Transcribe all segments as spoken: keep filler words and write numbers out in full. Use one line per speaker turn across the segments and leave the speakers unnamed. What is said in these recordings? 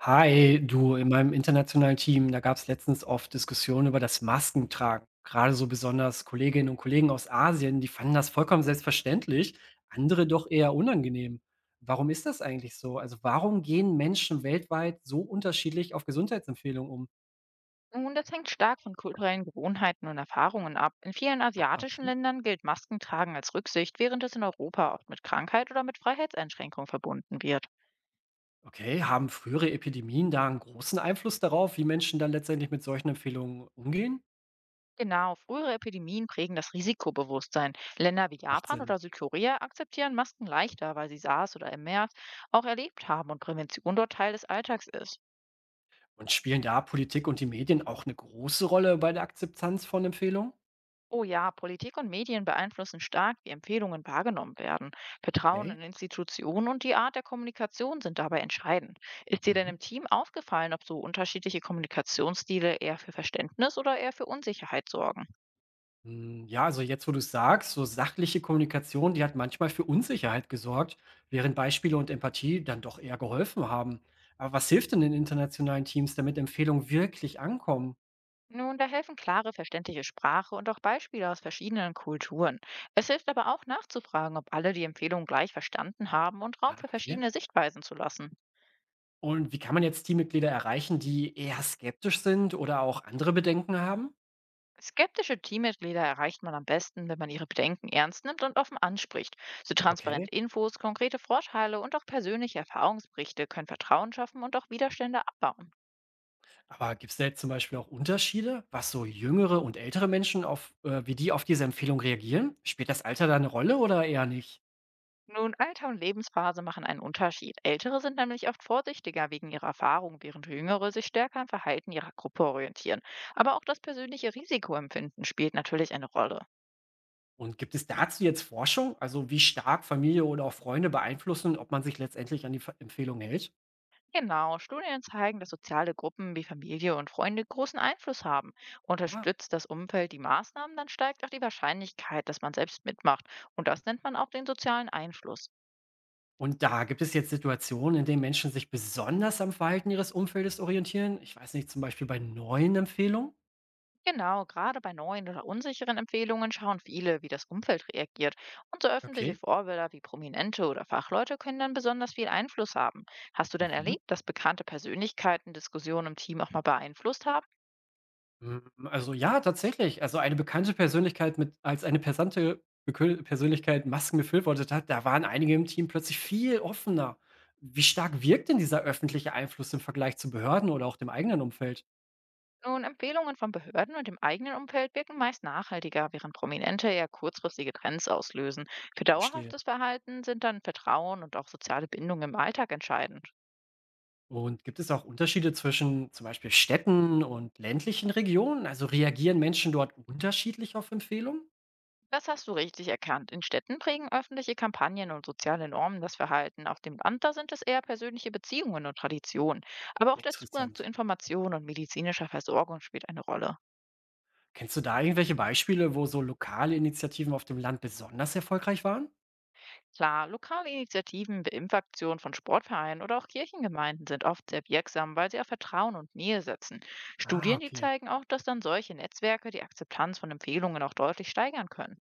Hi, du, in meinem internationalen Team, da gab es letztens oft Diskussionen über das Maskentragen. Gerade so besonders Kolleginnen und Kollegen aus Asien, die fanden das vollkommen selbstverständlich, andere doch eher unangenehm. Warum ist das eigentlich so? Also warum gehen Menschen weltweit so unterschiedlich auf Gesundheitsempfehlungen um?
Nun, das hängt stark von kulturellen Gewohnheiten und Erfahrungen ab. In vielen
Ah,
asiatischen
okay.
Ländern gilt Maskentragen als Rücksicht, während es in Europa oft mit Krankheit oder mit Freiheitseinschränkung verbunden wird.
Okay, haben frühere Epidemien da einen großen Einfluss darauf, wie Menschen dann letztendlich mit solchen Empfehlungen umgehen?
Genau, frühere Epidemien prägen das Risikobewusstsein. Länder wie
Macht
Japan
Sinn.
oder Südkorea akzeptieren Masken leichter, weil sie SARS oder MERS auch erlebt haben und Prävention dort Teil des Alltags ist.
Und spielen da Politik und die Medien auch eine große Rolle bei der Akzeptanz von Empfehlungen?
Oh ja, Politik und Medien beeinflussen stark, wie Empfehlungen wahrgenommen werden. Vertrauen
Okay.
in Institutionen und die Art der Kommunikation sind dabei entscheidend. Ist dir denn im
Mhm.
Team aufgefallen, ob so unterschiedliche Kommunikationsstile eher für Verständnis oder eher für Unsicherheit sorgen?
Hm, ja, also jetzt, wo du's sagst, so sachliche Kommunikation, die hat manchmal für Unsicherheit gesorgt, während Beispiele und Empathie dann doch eher geholfen haben. Aber was hilft denn in internationalen Teams, damit Empfehlungen wirklich ankommen?
Nun, da helfen klare, verständliche Sprache und auch Beispiele aus verschiedenen Kulturen. Es hilft aber auch nachzufragen, ob alle die Empfehlung gleich verstanden haben und Raum
Ah,
für
okay.
verschiedene Sichtweisen zu lassen.
Und wie kann man jetzt Teammitglieder erreichen, die eher skeptisch sind oder auch andere Bedenken haben?
Skeptische Teammitglieder erreicht man am besten, wenn man ihre Bedenken ernst nimmt und offen anspricht. So transparente
Okay.
Infos, konkrete Vorteile und auch persönliche Erfahrungsberichte können Vertrauen schaffen und auch Widerstände abbauen.
Aber gibt's da jetzt zum Beispiel auch Unterschiede, was so jüngere und ältere Menschen auf, äh, wie die auf diese Empfehlung reagieren? Spielt das Alter da eine Rolle oder eher nicht?
Nun, Alter und Lebensphase machen einen Unterschied. Ältere sind nämlich oft vorsichtiger wegen ihrer Erfahrung, während Jüngere sich stärker am Verhalten ihrer Gruppe orientieren. Aber auch das persönliche Risikoempfinden spielt natürlich eine Rolle.
Und gibt es dazu jetzt Forschung? Also, wie stark Familie oder auch Freunde beeinflussen, ob man sich letztendlich an die Ver Empfehlung hält?
Genau, Studien zeigen, dass soziale Gruppen wie Familie und Freunde großen Einfluss haben.
Ah.
Unterstützt das Umfeld die Maßnahmen, dann steigt auch die Wahrscheinlichkeit, dass man selbst mitmacht. Und das nennt man auch den sozialen Einfluss.
Und da gibt es jetzt Situationen, in denen Menschen sich besonders am Verhalten ihres Umfeldes orientieren. Ich weiß nicht, zum Beispiel bei neuen Empfehlungen?
Genau, gerade bei neuen oder unsicheren Empfehlungen schauen viele, wie das Umfeld reagiert. Und so öffentliche
Okay.
Vorbilder wie Prominente oder Fachleute können dann besonders viel Einfluss haben. Hast du denn
Mhm.
erlebt, dass bekannte Persönlichkeiten Diskussionen im Team auch mal beeinflusst haben?
Hm, also ja, tatsächlich. Also, eine bekannte Persönlichkeit mit als eine pesante Bekö Persönlichkeit Masken befürwortet hat, da waren einige im Team plötzlich viel offener. Wie stark wirkt denn dieser öffentliche Einfluss im Vergleich zu Behörden oder auch dem eigenen Umfeld?
Nun, Empfehlungen von Behörden und dem eigenen Umfeld wirken meist nachhaltiger, während Prominente eher kurzfristige Trends auslösen. Für
Verstehe.
dauerhaftes Verhalten sind dann Vertrauen und auch soziale Bindung im Alltag entscheidend.
Und gibt es auch Unterschiede zwischen zum Beispiel Städten und ländlichen Regionen? Also reagieren Menschen dort unterschiedlich auf Empfehlungen?
Das hast du richtig erkannt. In Städten prägen öffentliche Kampagnen und soziale Normen das Verhalten. Auf dem Land, da sind es eher persönliche Beziehungen und Traditionen. Aber auch der Zugang zu
Interessant.
Informationen und medizinischer Versorgung spielt eine Rolle.
Kennst du da irgendwelche Beispiele, wo so lokale Initiativen auf dem Land besonders erfolgreich waren?
Klar, lokale Initiativen wie Impfaktionen von Sportvereinen oder auch Kirchengemeinden sind oft sehr wirksam, weil sie auf Vertrauen und Nähe setzen.
Ah,
Studien, die
okay.
zeigen auch, dass dann solche Netzwerke die Akzeptanz von Empfehlungen auch deutlich steigern können.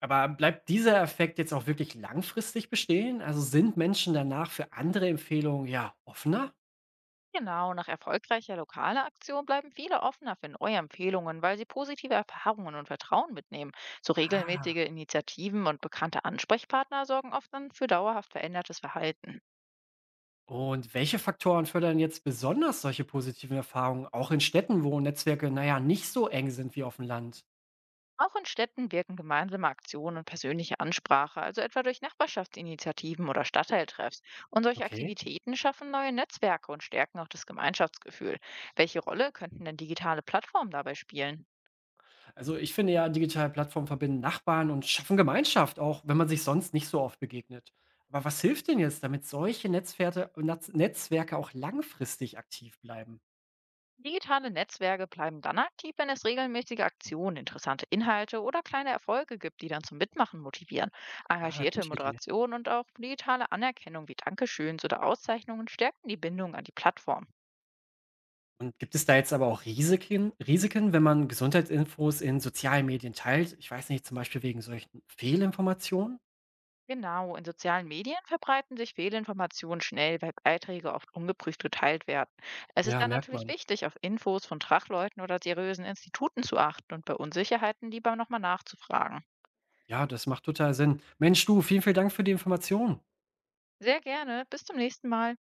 Aber bleibt dieser Effekt jetzt auch wirklich langfristig bestehen? Also sind Menschen danach für andere Empfehlungen ja offener?
Genau, nach erfolgreicher lokaler Aktion bleiben viele offener für neue Empfehlungen, weil sie positive Erfahrungen und Vertrauen mitnehmen. So
Ah.
regelmäßige Initiativen und bekannte Ansprechpartner sorgen oft dann für dauerhaft verändertes Verhalten.
Und welche Faktoren fördern jetzt besonders solche positiven Erfahrungen, auch in Städten, wo Netzwerke, naja, nicht so eng sind wie auf dem Land?
Auch in Städten wirken gemeinsame Aktionen und persönliche Ansprache, also etwa durch Nachbarschaftsinitiativen oder Stadtteiltreffs. Und solche
Okay.
Aktivitäten schaffen neue Netzwerke und stärken auch das Gemeinschaftsgefühl. Welche Rolle könnten denn digitale Plattformen dabei spielen?
Also ich finde ja, digitale Plattformen verbinden Nachbarn und schaffen Gemeinschaft, auch wenn man sich sonst nicht so oft begegnet. Aber was hilft denn jetzt, damit solche Netzwerte, Netz, Netzwerke auch langfristig aktiv bleiben?
Digitale Netzwerke bleiben dann aktiv, wenn es regelmäßige Aktionen, interessante Inhalte oder kleine Erfolge gibt, die dann zum Mitmachen motivieren.
Ah,
Engagierte
gute Idee.
Moderation und auch digitale Anerkennung wie Dankeschöns oder Auszeichnungen stärken die Bindung an die Plattform.
Und gibt es da jetzt aber auch Risiken, Risiken, wenn man Gesundheitsinfos in sozialen Medien teilt? Ich weiß nicht, zum Beispiel wegen solchen Fehlinformationen?
Genau, in sozialen Medien verbreiten sich Fehlinformationen schnell, weil Beiträge oft ungeprüft geteilt werden. Es ist
Ja,
dann
merkt
natürlich
man.
wichtig, auf Infos von Fachleuten oder seriösen Instituten zu achten und bei Unsicherheiten lieber nochmal nachzufragen.
Ja, das macht total Sinn. Mensch, du, vielen, vielen Dank für die Information.
Sehr gerne, bis zum nächsten Mal.